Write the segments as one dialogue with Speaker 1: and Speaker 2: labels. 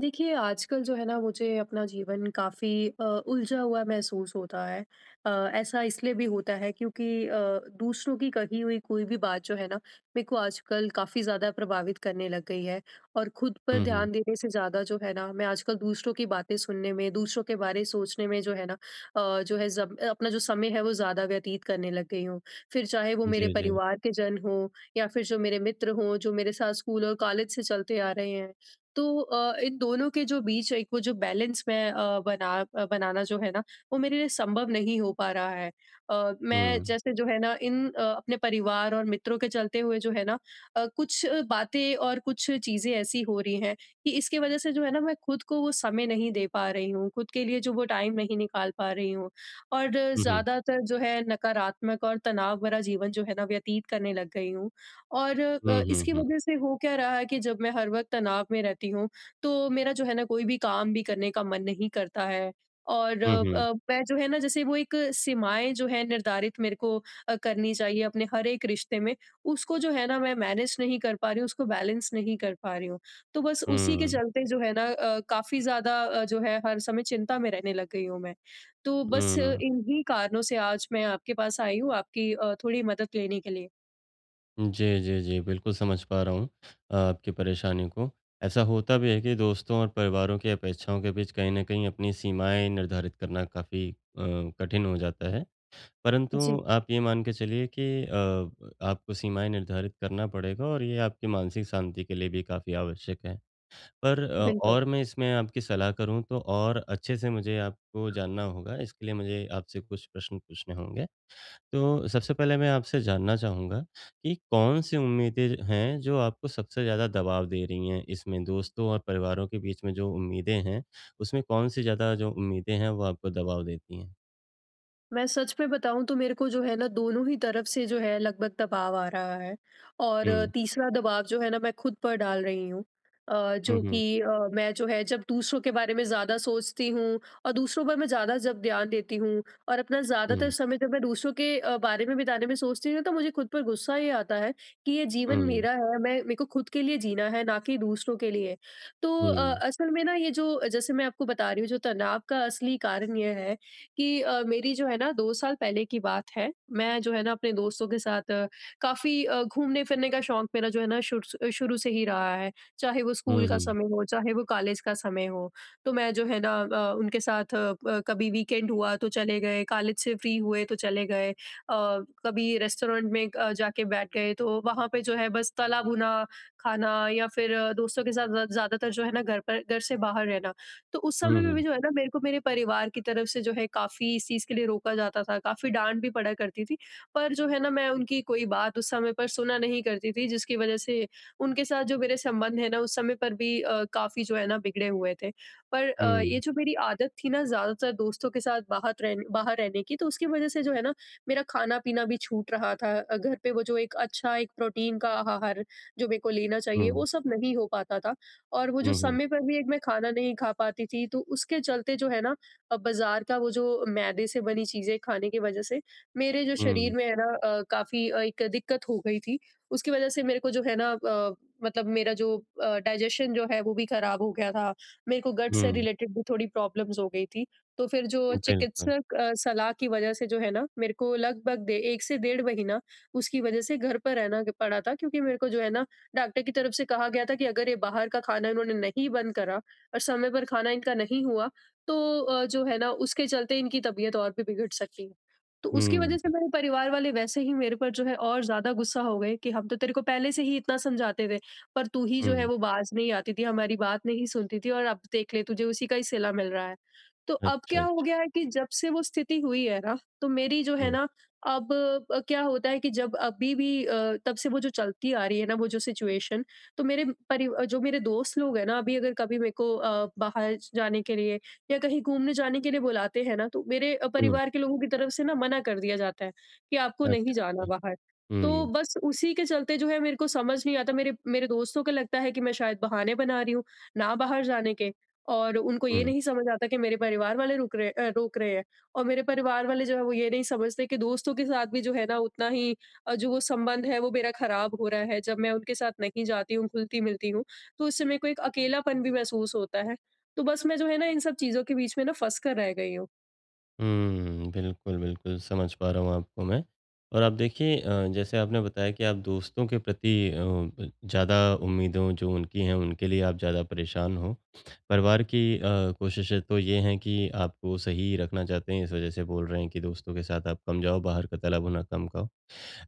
Speaker 1: देखिए, आजकल जो है ना मुझे अपना जीवन काफ़ी उलझा हुआ महसूस होता है। अ, ऐसा इसलिए भी होता है क्योंकि दूसरों की कही हुई कोई भी बात जो है ना, मेरे को आजकल काफ़ी ज़्यादा प्रभावित करने लग गई है और खुद पर
Speaker 2: हुँ, हुँ।
Speaker 1: ध्यान देने से ज़्यादा जो है ना, मैं आजकल दूसरों की बातें सुनने में, दूसरों के बारे सोचने में जो है ना जो है ज़ब अपना जो समय है वो ज़्यादा व्यतीत करने लग गई हूँ। फिर चाहे वो मेरे
Speaker 2: जी, जी।
Speaker 1: परिवार के जन हों या फिर जो मेरे मित्र हों, जो मेरे साथ स्कूल और कॉलेज से चलते आ रहे हैं। तो इन दोनों के जो बीच एक वो जो बैलेंस मैं बनाना जो है ना वो मेरे लिए संभव नहीं हो पा रहा है। मैं
Speaker 2: हुँ।
Speaker 1: जैसे जो है ना इन अपने परिवार और मित्रों के चलते हुए जो है ना कुछ बातें और कुछ चीज़ें ऐसी हो रही हैं कि इसकी वज़ह से जो है ना मैं खुद को वो समय नहीं दे पा रही हूँ, खुद के लिए जो वो टाइम नहीं निकाल पा रही हूँ। और
Speaker 2: हुँ, हुँ।
Speaker 1: ज़्यादातर जो है नकारात्मक और तनाव भरा जीवन जो है ना व्यतीत करने लग गई हूँ। और
Speaker 2: हुँ, हुँ,
Speaker 1: इसकी
Speaker 2: हुँ।
Speaker 1: वजह से हो क्या रहा है कि जब मैं हर वक़्त तनाव में रहती हूँ, तो मेरा जो है ना कोई भी काम भी करने का मन नहीं करता है और
Speaker 2: हुँ, हुँ।
Speaker 1: मैं जो है ना जैसे वो एक सीमाएँ जो है निर्धारित मेरे को करनी चाहिए अपने हर एक रिश्ते में, उसको जो है ना मैं मैनेज नहीं कर पा रही हूँ, उसको बैलेंस नहीं कर पा रही हूँ। तो बस उसी के
Speaker 2: हुँ,
Speaker 1: चलते जो है ना काफ़ी ज़्यादा जो है हर समय चिंता में रहने लग गई हूँ मैं। तो बस
Speaker 2: हुँ।
Speaker 1: इन्हीं कारणों से आज मैं आपके पास आई हूँ आपकी थोड़ी मदद लेने के लिए।
Speaker 2: जी, जी, जी। बिल्कुल समझ पा रहा हूँ आपकी परेशानी को। ऐसा होता भी है कि दोस्तों और परिवारों की अपेक्षाओं के बीच कहीं न कहीं अपनी सीमाएँ निर्धारित करना काफ़ी कठिन हो जाता है। परंतु
Speaker 1: जी,
Speaker 2: आप ये मान के चलिए कि आपको सीमाएँ निर्धारित करना पड़ेगा और ये आपकी मानसिक शांति के लिए भी काफ़ी आवश्यक है। पर
Speaker 1: बिल्कुल।
Speaker 2: और मैं इसमें आपकी सलाह करूँ तो और अच्छे से मुझे आपको जानना होगा, इसके लिए मुझे आपसे कुछ प्रश्न पूछने होंगे। तो सबसे पहले मैं आपसे जानना चाहूँगा कि कौन-सी उम्मीदें हैं जो आपको सबसे ज़्यादा दबाव दे रही हैं? इसमें दोस्तों और परिवारों के बीच में जो उम्मीदें हैं, उसमें कौन-सी ज़्यादा जो उम्मीदें हैं वो आपको दबाव देती हैं?
Speaker 1: मैं सच में बताऊँ तो मेरे को जो है ना दोनों ही तरफ से जो है लगभग दबाव आ रहा है और
Speaker 2: हुँ।
Speaker 1: तीसरा दबाव जो है ना मैं खुद पर डाल रही हूँ। अ,
Speaker 2: हुँ,
Speaker 1: जो
Speaker 2: हुँ।
Speaker 1: कि अ, मैं जो है जब दूसरों के बारे में ज़्यादा सोचती हूँ और दूसरों पर मैं ज़्यादा जब ध्यान देती हूँ और अपना
Speaker 2: हुँ,
Speaker 1: ज़्यादातर
Speaker 2: हुँ,
Speaker 1: समय जब मैं दूसरों के बारे में बिताने में सोचती हूँ ना, तो मुझे खुद पर गुस्सा ये आता है कि ये जीवन
Speaker 2: हुँ।
Speaker 1: मेरा है, मैं मेरे को खुद के लिए जीना है, ना कि दूसरों के लिए। तो
Speaker 2: हुँ, हुँ।
Speaker 1: असल में ना ये जो जैसे मैं आपको बता रही हूँ, जो तनाव का असली कारण ये है कि मेरी जो है ना 2 साल पहले की बात है। मैं जो है ना अपने दोस्तों के साथ काफ़ी घूमने-फिरने का शौक मेरा जो है ना शुरू से ही रहा है। चाहे वो स्कूल
Speaker 2: हुँ,
Speaker 1: का
Speaker 2: हुँ।
Speaker 1: समय हो, चाहे वो कॉलेज का समय हो। तो मैं जो है ना उनके साथ अ, प कभी वीकेंड हुआ तो चले गए, कॉलेज से फ्री हुए तो चले गए। कभी रेस्टोरेंट में जाके बैठ गए तो वहाँ पे जो है बस तला भुना खाना या फिर दोस्तों के साथ ज़्यादातर जो है ना घर पर घर से बाहर रहना। तो उस समय
Speaker 2: हुँ,
Speaker 1: में भी
Speaker 2: हुँ।
Speaker 1: जो है ना मेरे को मेरे परिवार की तरफ से जो है काफ़ी इस चीज़ के लिए रोका जाता था, काफ़ी डाँट भी पड़ा करती थी। पर जो है ना मैं उनकी कोई बात उस समय पर सुना नहीं करती थी, जिसकी वज़ह से उनके साथ जो मेरे संबंध है ना उस समय पर भी काफ़ी जो है ना बिगड़े हुए थे। पर ये जो मेरी आदत थी ना ज़्यादातर दोस्तों के साथ बाहर रहने की, तो उसकी वज़ह से जो है ना मेरा खाना-पीना भी छूट रहा था। घर पे वो जो एक अच्छा एक प्रोटीन का आहार जो मेरे को लेना चाहिए
Speaker 2: हुँ,
Speaker 1: वो सब नहीं हो पाता था। और वो जो
Speaker 2: हुँ।
Speaker 1: समय पर भी एक मैं खाना नहीं खा पाती थी, तो उसके चलते जो है ना बाज़ार का वो जो मैदे से बनी चीज़ें खाने की वज़ह से मेरे जो शरीर
Speaker 2: हुँ,
Speaker 1: में है ना काफ़ी एक दिक्कत हो गई थी। उसकी वज़ह से मेरे को जो है ना मतलब मेरा जो डाइजेशन जो है वो भी ख़राब हो गया था। मेरे को गट से
Speaker 2: हुँ।
Speaker 1: रिलेटेड भी थोड़ी प्रॉब्लम्स हो गई थी। तो फिर जो
Speaker 2: बिल्कुल।
Speaker 1: चिकित्सक सलाह की वज़ह से जो है ना मेरे को लगभग डे 1 से डेढ़ महीना उसकी वज़ह से घर पर रहना ग पड़ा था, क्योंकि मेरे को जो है ना डॉक्टर की तरफ से कहा गया था कि अगर ये बाहर का खाना इन्होंने नहीं बंद करा और समय पर खाना इनका नहीं हुआ, तो जो है ना उसके चलते इनकी तबीयत और भी बिगड़ सकती है। तो उसकी वजह
Speaker 2: हुँ,
Speaker 1: से मेरे परिवार वाले वैसे ही मेरे पर जो है और ज़्यादा गुस्सा हो गए कि हम तो तेरे को पहले से ही इतना समझाते थे, पर तू ही जो है
Speaker 2: हुँ।
Speaker 1: वो बाज नहीं आती थी, हमारी बात नहीं सुनती थी, और अब देख ले तुझे उसी का ही सिला मिल रहा है। तो अब
Speaker 2: अच्छा,
Speaker 1: क्या हो
Speaker 2: अच्छा।
Speaker 1: गया है कि जब से वो स्थिति हुई है ना तो मेरी जो है
Speaker 2: हुँ,
Speaker 1: ना अब क्या होता है कि जब अभी भी तब से वो जो चलती आ रही है ना वो जो सिचुएशन, तो जो मेरे दोस्त लोग हैं ना अभी अगर कभी मेरे को बाहर जाने के लिए या कहीं घूमने जाने के लिए बुलाते हैं ना, तो मेरे
Speaker 2: हुँ।
Speaker 1: परिवार के लोगों की तरफ से ना मना कर दिया जाता है कि आपको नहीं
Speaker 2: अच्छा,
Speaker 1: जाना
Speaker 2: अच्छा।
Speaker 1: बाहर। तो
Speaker 2: हुँ,
Speaker 1: बस उसी के चलते जो है मेरे को समझ नहीं आता, मेरे मेरे दोस्तों को लगता है कि मैं शायद बहाने बना रही हूँ ना बाहर जाने के, और उनको ये
Speaker 2: हुँ,
Speaker 1: नहीं समझ आता कि मेरे परिवार वाले रोक रहे हैं। और मेरे परिवार वाले जो है वो ये नहीं समझते कि दोस्तों के साथ भी जो है ना उतना ही जो वो संबंध है वो मेरा खराब हो रहा है। जब मैं उनके साथ नहीं जाती हूँ, घुलती-मिलती हूँ, तो उससे मेरे को एक अकेलापन भी महसूस होता है। तो बस मैं जो है ना इन सब चीज़ों के बीच में ना फँस कर रह गई हूँ।
Speaker 2: हुँ। बिल्कुल, बिल्कुल समझ पा रहा हूँ आपको मैं। और आप देखिए जैसे आपने बताया कि आप दोस्तों के प्रति अ, ब ज़्यादा उम्मीदें जो उनकी हैं, उनके लिए आप ज़्यादा परेशान हो। परिवार की कोशिशें तो ये हैं कि आपको सही रखना चाहते हैं, इस वजह से बोल रहे हैं कि दोस्तों के साथ आप कम जाओ, बाहर का तला भुना कम खाओ।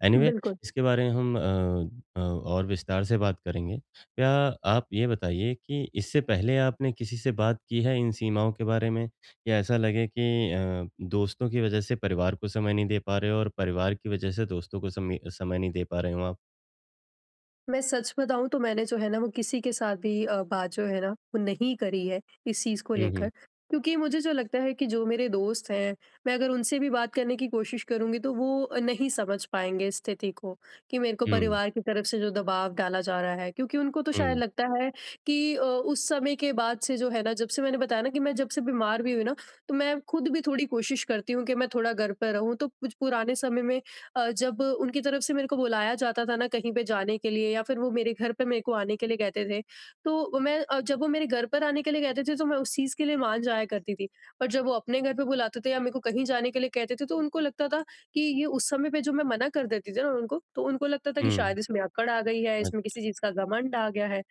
Speaker 2: एनीवे
Speaker 1: बिल्कुल।
Speaker 2: इसके बारे में हम और विस्तार से बात करेंगे। क्या आप ये बताइए कि इससे पहले आपने किसी से बात की है इन सीमाओं के बारे में? या ऐसा लगे कि दोस्तों की वज़ह से परिवार को समय नहीं दे पा रहे हो और परिवार की वज़ह से दोस्तों को समय समय नहीं दे पा रहे हो आप?
Speaker 1: मैं सच बताऊँ तो मैंने जो है ना वो किसी के साथ भी बात जो है ना वो नहीं करी है इस चीज़ को
Speaker 2: हुँ, हुँ।
Speaker 1: लेकर। क्योंकि मुझे जो लगता है कि जो मेरे दोस्त हैं, मैं अगर उनसे भी बात करने की कोशिश करूँगी तो वो नहीं समझ पाएँगे स्थिति को कि मेरे को
Speaker 2: हुँ,
Speaker 1: परिवार की तरफ से जो दबाव डाला जा रहा है। क्योंकि उनको तो
Speaker 2: हुँ,
Speaker 1: शायद
Speaker 2: हुँ।
Speaker 1: लगता है कि उस समय के बाद से जो है ना, जब से मैंने बताया ना कि मैं जब से बीमार भी हुई ना, तो मैं खुद भी थोड़ी कोशिश करती हूँ कि मैं थोड़ा घर पे रहूँ। तो कुछ पुराने समय में जब उनकी तरफ से मेरे को बुलाया जाता था ना कहीं पे जाने के लिए, या फिर वो मेरे घर पे मेरे को आने के लिए कहते थे, तो मैं जब वो मेरे घर पर आने के लिए कहते थे तो मैं उस चीज़ के लिए मान जाया करती थी। पर जब वो अपने घर पे बुलाते थे या मेरे को कहीं जाने के लिए कहते थे, तो उनको लगता था कि ये उस समय पे जो मैं मना कर देती थी ना उनको, तो उनको लगता था कि शायद इसमें अकड़ आ गई है,
Speaker 2: अ,
Speaker 1: इसमें किसी चीज़ का घमंड आ गया है।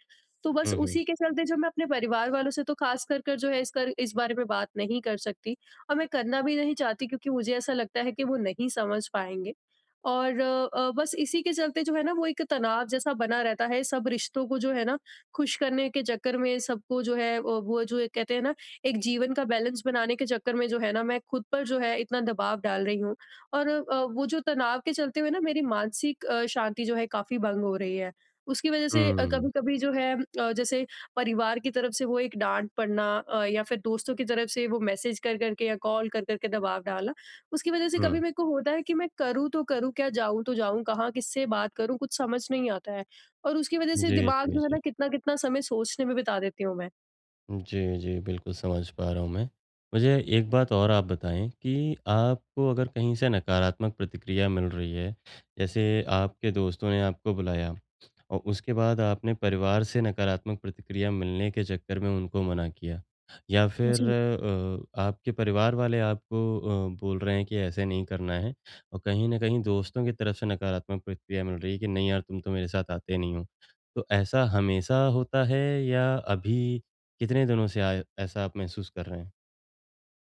Speaker 1: तो बस
Speaker 2: हुँ, हुँ।
Speaker 1: उसी के चलते जो मैं अपने परिवार वालों से तो ख़ास कर कर जो है इस बारे में बात नहीं कर सकती, और मैं करना भी नहीं चाहती, क्योंकि मुझे ऐसा लगता है कि वो नहीं समझ पाएँगे। और बस इसी के चलते जो है ना वो एक तनाव जैसा बना रहता है, सब रिश्तों को जो है ना खुश करने के चक्कर में, सबको जो है वो जो एक कहते हैं ना, एक जीवन का बैलेंस बनाने के चक्कर में जो है ना मैं खुद पर जो है इतना दबाव डाल रही हूँ, और वो जो तनाव के चलते हुए ना मेरी मानसिक शांति जो है काफी भंग हो रही है, उसकी वजह से कभी
Speaker 2: हुँ,
Speaker 1: कभी जो है जैसे परिवार की तरफ से वो एक डांट पड़ना, या फिर दोस्तों की तरफ से वो मैसेज कर करके या कॉल कर करके दबाव डालना, उसकी वजह से कभी
Speaker 2: हुँ।
Speaker 1: मेरे को होता है कि मैं करूँ तो करूँ क्या, जाऊँ तो जाऊँ कहाँ, किससे बात करूँ, कुछ समझ नहीं आता है। और उसकी वजह से
Speaker 2: जी,
Speaker 1: दिमाग
Speaker 2: जी,
Speaker 1: जो है ना
Speaker 2: जी।
Speaker 1: कितना-कितना समय सोचने में बिता देती हूँ मैं।
Speaker 2: जी, जी, बिल्कुल समझ पा रहा हूँ मैं। मुझे एक बात और आप बताएँ कि आपको अगर कहीं से नकारात्मक प्रतिक्रिया मिल रही है, जैसे आपके दोस्तों ने आपको बुलाया और उसके बाद आपने परिवार से नकारात्मक प्रतिक्रिया मिलने के चक्कर में उनको मना किया या फिर आपके परिवार वाले आपको बोल रहे हैं कि ऐसे नहीं करना है और कहीं न कहीं दोस्तों की तरफ से नकारात्मक प्रतिक्रिया मिल रही है कि नहीं यार तुम तो मेरे साथ आते नहीं हो। तो ऐसा हमेशा होता है या अभी कितने दिनों से आय ऐसा आप महसूस कर रहे हैं?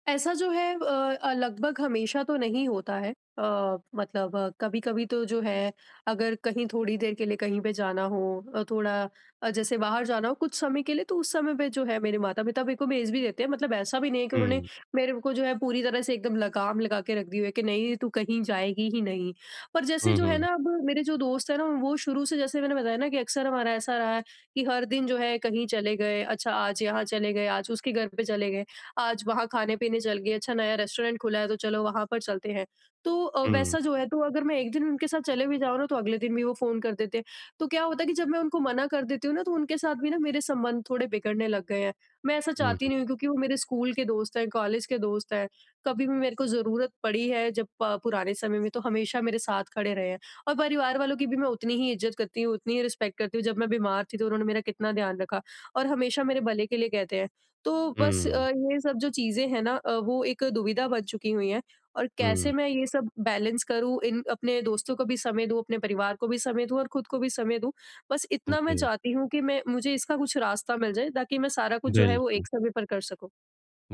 Speaker 1: ऐसा जो है लगभग हमेशा तो नहीं होता है। अ, मतलब कभी-कभी तो जो है अगर कहीं थोड़ी देर के लिए कहीं पे जाना हो, थोड़ा जैसे बाहर जाना हो कुछ समय के लिए, तो उस समय पे जो है मेरे माता-पिता मेरे को भेज भी देते हैं। मतलब ऐसा भी नहीं है कि उन्होंने
Speaker 2: हुँ।
Speaker 1: मेरे को जो है पूरी तरह से एकदम लगाम लगा के रख दी हुई है कि नहीं, तू कहीं जाएगी ही नहीं। पर जैसे
Speaker 2: हुँ,
Speaker 1: जो है
Speaker 2: हुँ।
Speaker 1: ना अब मेरे जो दोस्त हैं ना वो शुरू से, जैसे मैंने बताया ना, कि अक्सर हमारा ऐसा रहा है कि हर दिन जो है कहीं चले गए, अच्छा आज यहाँ चले गए, आज उसके घर पे चले गए। आज वहाँ खाने-पीने चल गए, अच्छा नया रेस्टोरेंट खुला है तो चलो वहाँ पर चलते हैं। तो
Speaker 2: हुँ,
Speaker 1: वैसा जो है, तो अगर मैं एक दिन उनके साथ चले भी जाऊँ ना, तो अगले दिन भी वो फ़ोन कर देते हैं। तो क्या होता है कि जब मैं उनको मना कर देती हूँ ना, तो उनके साथ भी ना मेरे संबंध थोड़े बिगड़ने लग गए हैं। मैं ऐसा चाहती
Speaker 2: हुँ,
Speaker 1: नहीं हूँ, क्योंकि वो मेरे स्कूल के दोस्त हैं, कॉलेज के दोस्त हैं। कभी भी मेरे को ज़रूरत पड़ी है जब प पुराने समय में, तो हमेशा मेरे साथ खड़े रहे हैं। और परिवार वालों की भी मैं उतनी ही इज़्ज़त करती हूँ, उतनी ही रिस्पेक्ट करती हूँ। जब मैं बीमार थी तो उन्होंने मेरा कितना ध्यान रखा, और हमेशा मेरे भले के लिए कहते हैं। तो
Speaker 2: हुँ,
Speaker 1: बस
Speaker 2: हुँ,
Speaker 1: ये सब जो चीज़ें हैं ना वो एक दुविधा बन चुकी हुई हैं, और कैसे
Speaker 2: हुँ,
Speaker 1: मैं ये सब बैलेंस करूँ, इन अपने दोस्तों को भी समय दूँ, अपने परिवार को भी समय दूँ और खुद को भी समय दूँ। बस इतना मैं
Speaker 2: जी,
Speaker 1: चाहती हूँ कि मैं मुझे इसका कुछ रास्ता मिल जाए, ताकि मैं सारा कुछ जो है वो एक
Speaker 2: बिल्कुल।
Speaker 1: समय पर कर सकूँ।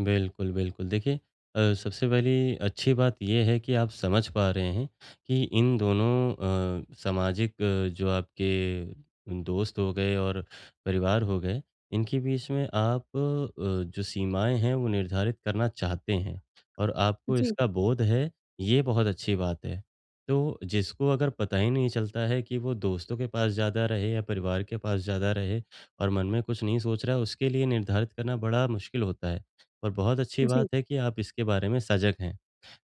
Speaker 2: बिल्कुल, बिल्कुल। देखिए सबसे पहली अच्छी बात ये है कि आप समझ पा रहे हैं कि इन दोनों सामाजिक जो आपके दोस्त हो गए और परिवार हो गए, इनके बीच में आप जो सीमाएँ हैं वो निर्धारित करना चाहते हैं और आपको
Speaker 1: जी,
Speaker 2: इसका बोध है, ये बहुत अच्छी बात है। तो जिसको अगर पता ही नहीं चलता है कि वो दोस्तों के पास ज़्यादा रहे या परिवार के पास ज़्यादा रहे और मन में कुछ नहीं सोच रहा है, उसके लिए निर्धारित करना बड़ा मुश्किल होता है। और बहुत अच्छी बात
Speaker 1: जी,
Speaker 2: है कि आप इसके बारे में सजग हैं।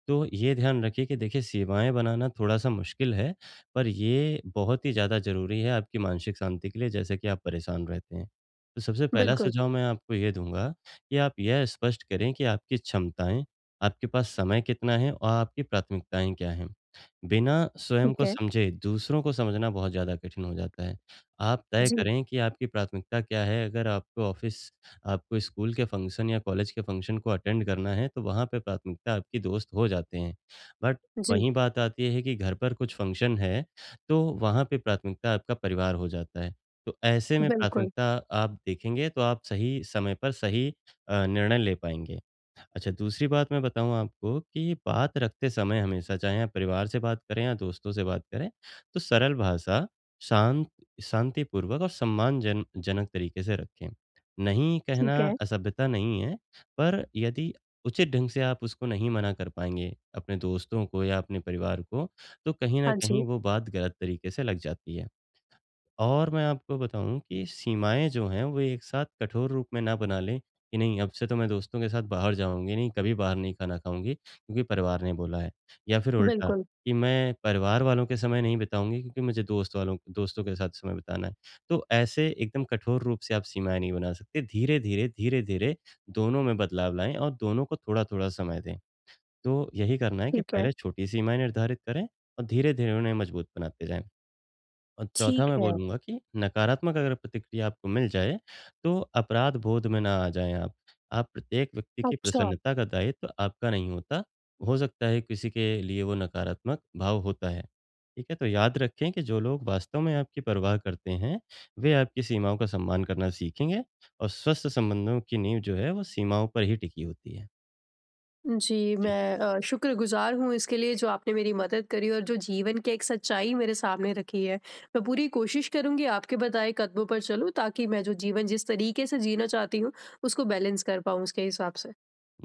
Speaker 2: तो ये ध्यान रखिए कि देखिए सीमाएँ बनाना थोड़ा-सा मुश्किल है, पर ये बहुत ही ज़्यादा ज़रूरी है आपकी मानसिक शांति के लिए जैसे कि आप परेशान रहते हैं। तो सबसे पहला
Speaker 1: बिल्कुल,
Speaker 2: सुझाव मैं आपको ये दूँगा कि आप यह स्पष्ट करें कि आपकी क्षमताएँ, आपके पास समय कितना है और आपकी प्राथमिकताएँ क्या हैं। बिना स्वयं
Speaker 1: ठीक
Speaker 2: को
Speaker 1: है।
Speaker 2: समझे दूसरों को समझना बहुत ज़्यादा कठिन हो जाता है। आप तय
Speaker 1: जी,
Speaker 2: करें कि आपकी प्राथमिकता क्या है? अगर आपको ऑफ़िस आपको स्कूल के फंक्शन या कॉलेज के फंक्शन को अटेंड करना है, तो वहाँ पे प्राथमिकता आपकी दोस्त हो जाते हैं। बट
Speaker 1: जी,
Speaker 2: वहीं बात आती है कि घर पर कुछ फंक्शन है, तो वहाँ पे प्राथमिकता आपका परिवार हो जाता है। तो ऐसे में
Speaker 1: बिल्कुल,
Speaker 2: प्राथमिकता आप देखेंगे, तो आप सही समय पर सही निर्णय ले पाएँगे। अच्छा, दूसरी बात मैं बताऊँ आपको कि बात रखते समय हमेशा, चाहे आप परिवार से बात करें या दोस्तों से बात करें, तो सरल भाषा, शांत शांतिपूर्वक और सम्मानजन जनक तरीके से रखें। नहीं कहना
Speaker 1: ठीक है।
Speaker 2: असभ्यता नहीं है, पर यदि उचित ढंग से आप उसको नहीं मना कर पाएँगे, अपने दोस्तों को या अपने परिवार को, तो कहीं न
Speaker 1: हाँ जी,
Speaker 2: कहीं वो बात गलत तरीके से लग जाती है। और मैं आपको बताऊँ कि सीमाएँ जो हैं, वो एक साथ कठोर रूप में ना बना लें कि नहीं अब से तो मैं दोस्तों के साथ बाहर जाऊँगी नहीं, कभी बाहर नहीं खाना खाऊँगी क्योंकि परिवार ने बोला है। या फिर उल्टा
Speaker 1: बिल्कुल,
Speaker 2: कि मैं परिवार वालों के समय नहीं बिताऊँगी क्योंकि मुझे दोस्तों के साथ समय बिताना है। तो ऐसे एकदम कठोर रूप से आप सीमाएँ नहीं बना सकते। धीरे-धीरे, धीरे-धीरे दोनों में बदलाव लाएँ और दोनों को थोड़ा-थोड़ा समय दें। तो यही करना है कि
Speaker 1: ठीक है,
Speaker 2: पहले छोटी सीमाएँ निर्धारित करें और धीरे-धीरे उन्हें मजबूत बनाते जाएँ। और चौथा
Speaker 1: ठीक
Speaker 2: मैं
Speaker 1: है।
Speaker 2: बोलूँगा कि नकारात्मक अगर प्रतिक्रिया आपको मिल जाए, तो अपराध बोध में ना आ जाएँ आप। आप प्रत्येक व्यक्ति की
Speaker 1: अच्छा।
Speaker 2: प्रसन्नता का दायित्व आपका नहीं होता। हो सकता है किसी के लिए वो नकारात्मक भाव होता है। ठीक है? तो याद रखें कि जो लोग वास्तव में आपकी परवाह करते हैं, वे आपकी सीमाओं का सम्मान करना सीखेंगे और स्वस्थ संबंधों की नींव जो है वो सीमाओं पर ही टिकी होती है।
Speaker 1: जी,
Speaker 2: जी।
Speaker 1: मैं शुक्रगुज़ार हूँ इसके लिए, जो आपने मेरी मदद करी और जो जीवन की एक सच्चाई मेरे सामने रखी है। मैं पूरी कोशिश करूँगी आपके बताए कदमों पर चलूँ, ताकि मैं जो जीवन जिस तरीके से जीना चाहती हूँ, उसको बैलेंस कर पाऊँ उसके हिसाब से।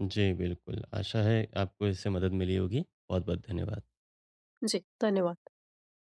Speaker 2: जी, बिल्कुल। आशा है आपको इससे मदद मिली होगी। बहुत-बहुत धन्यवाद।
Speaker 1: जी, धन्यवाद।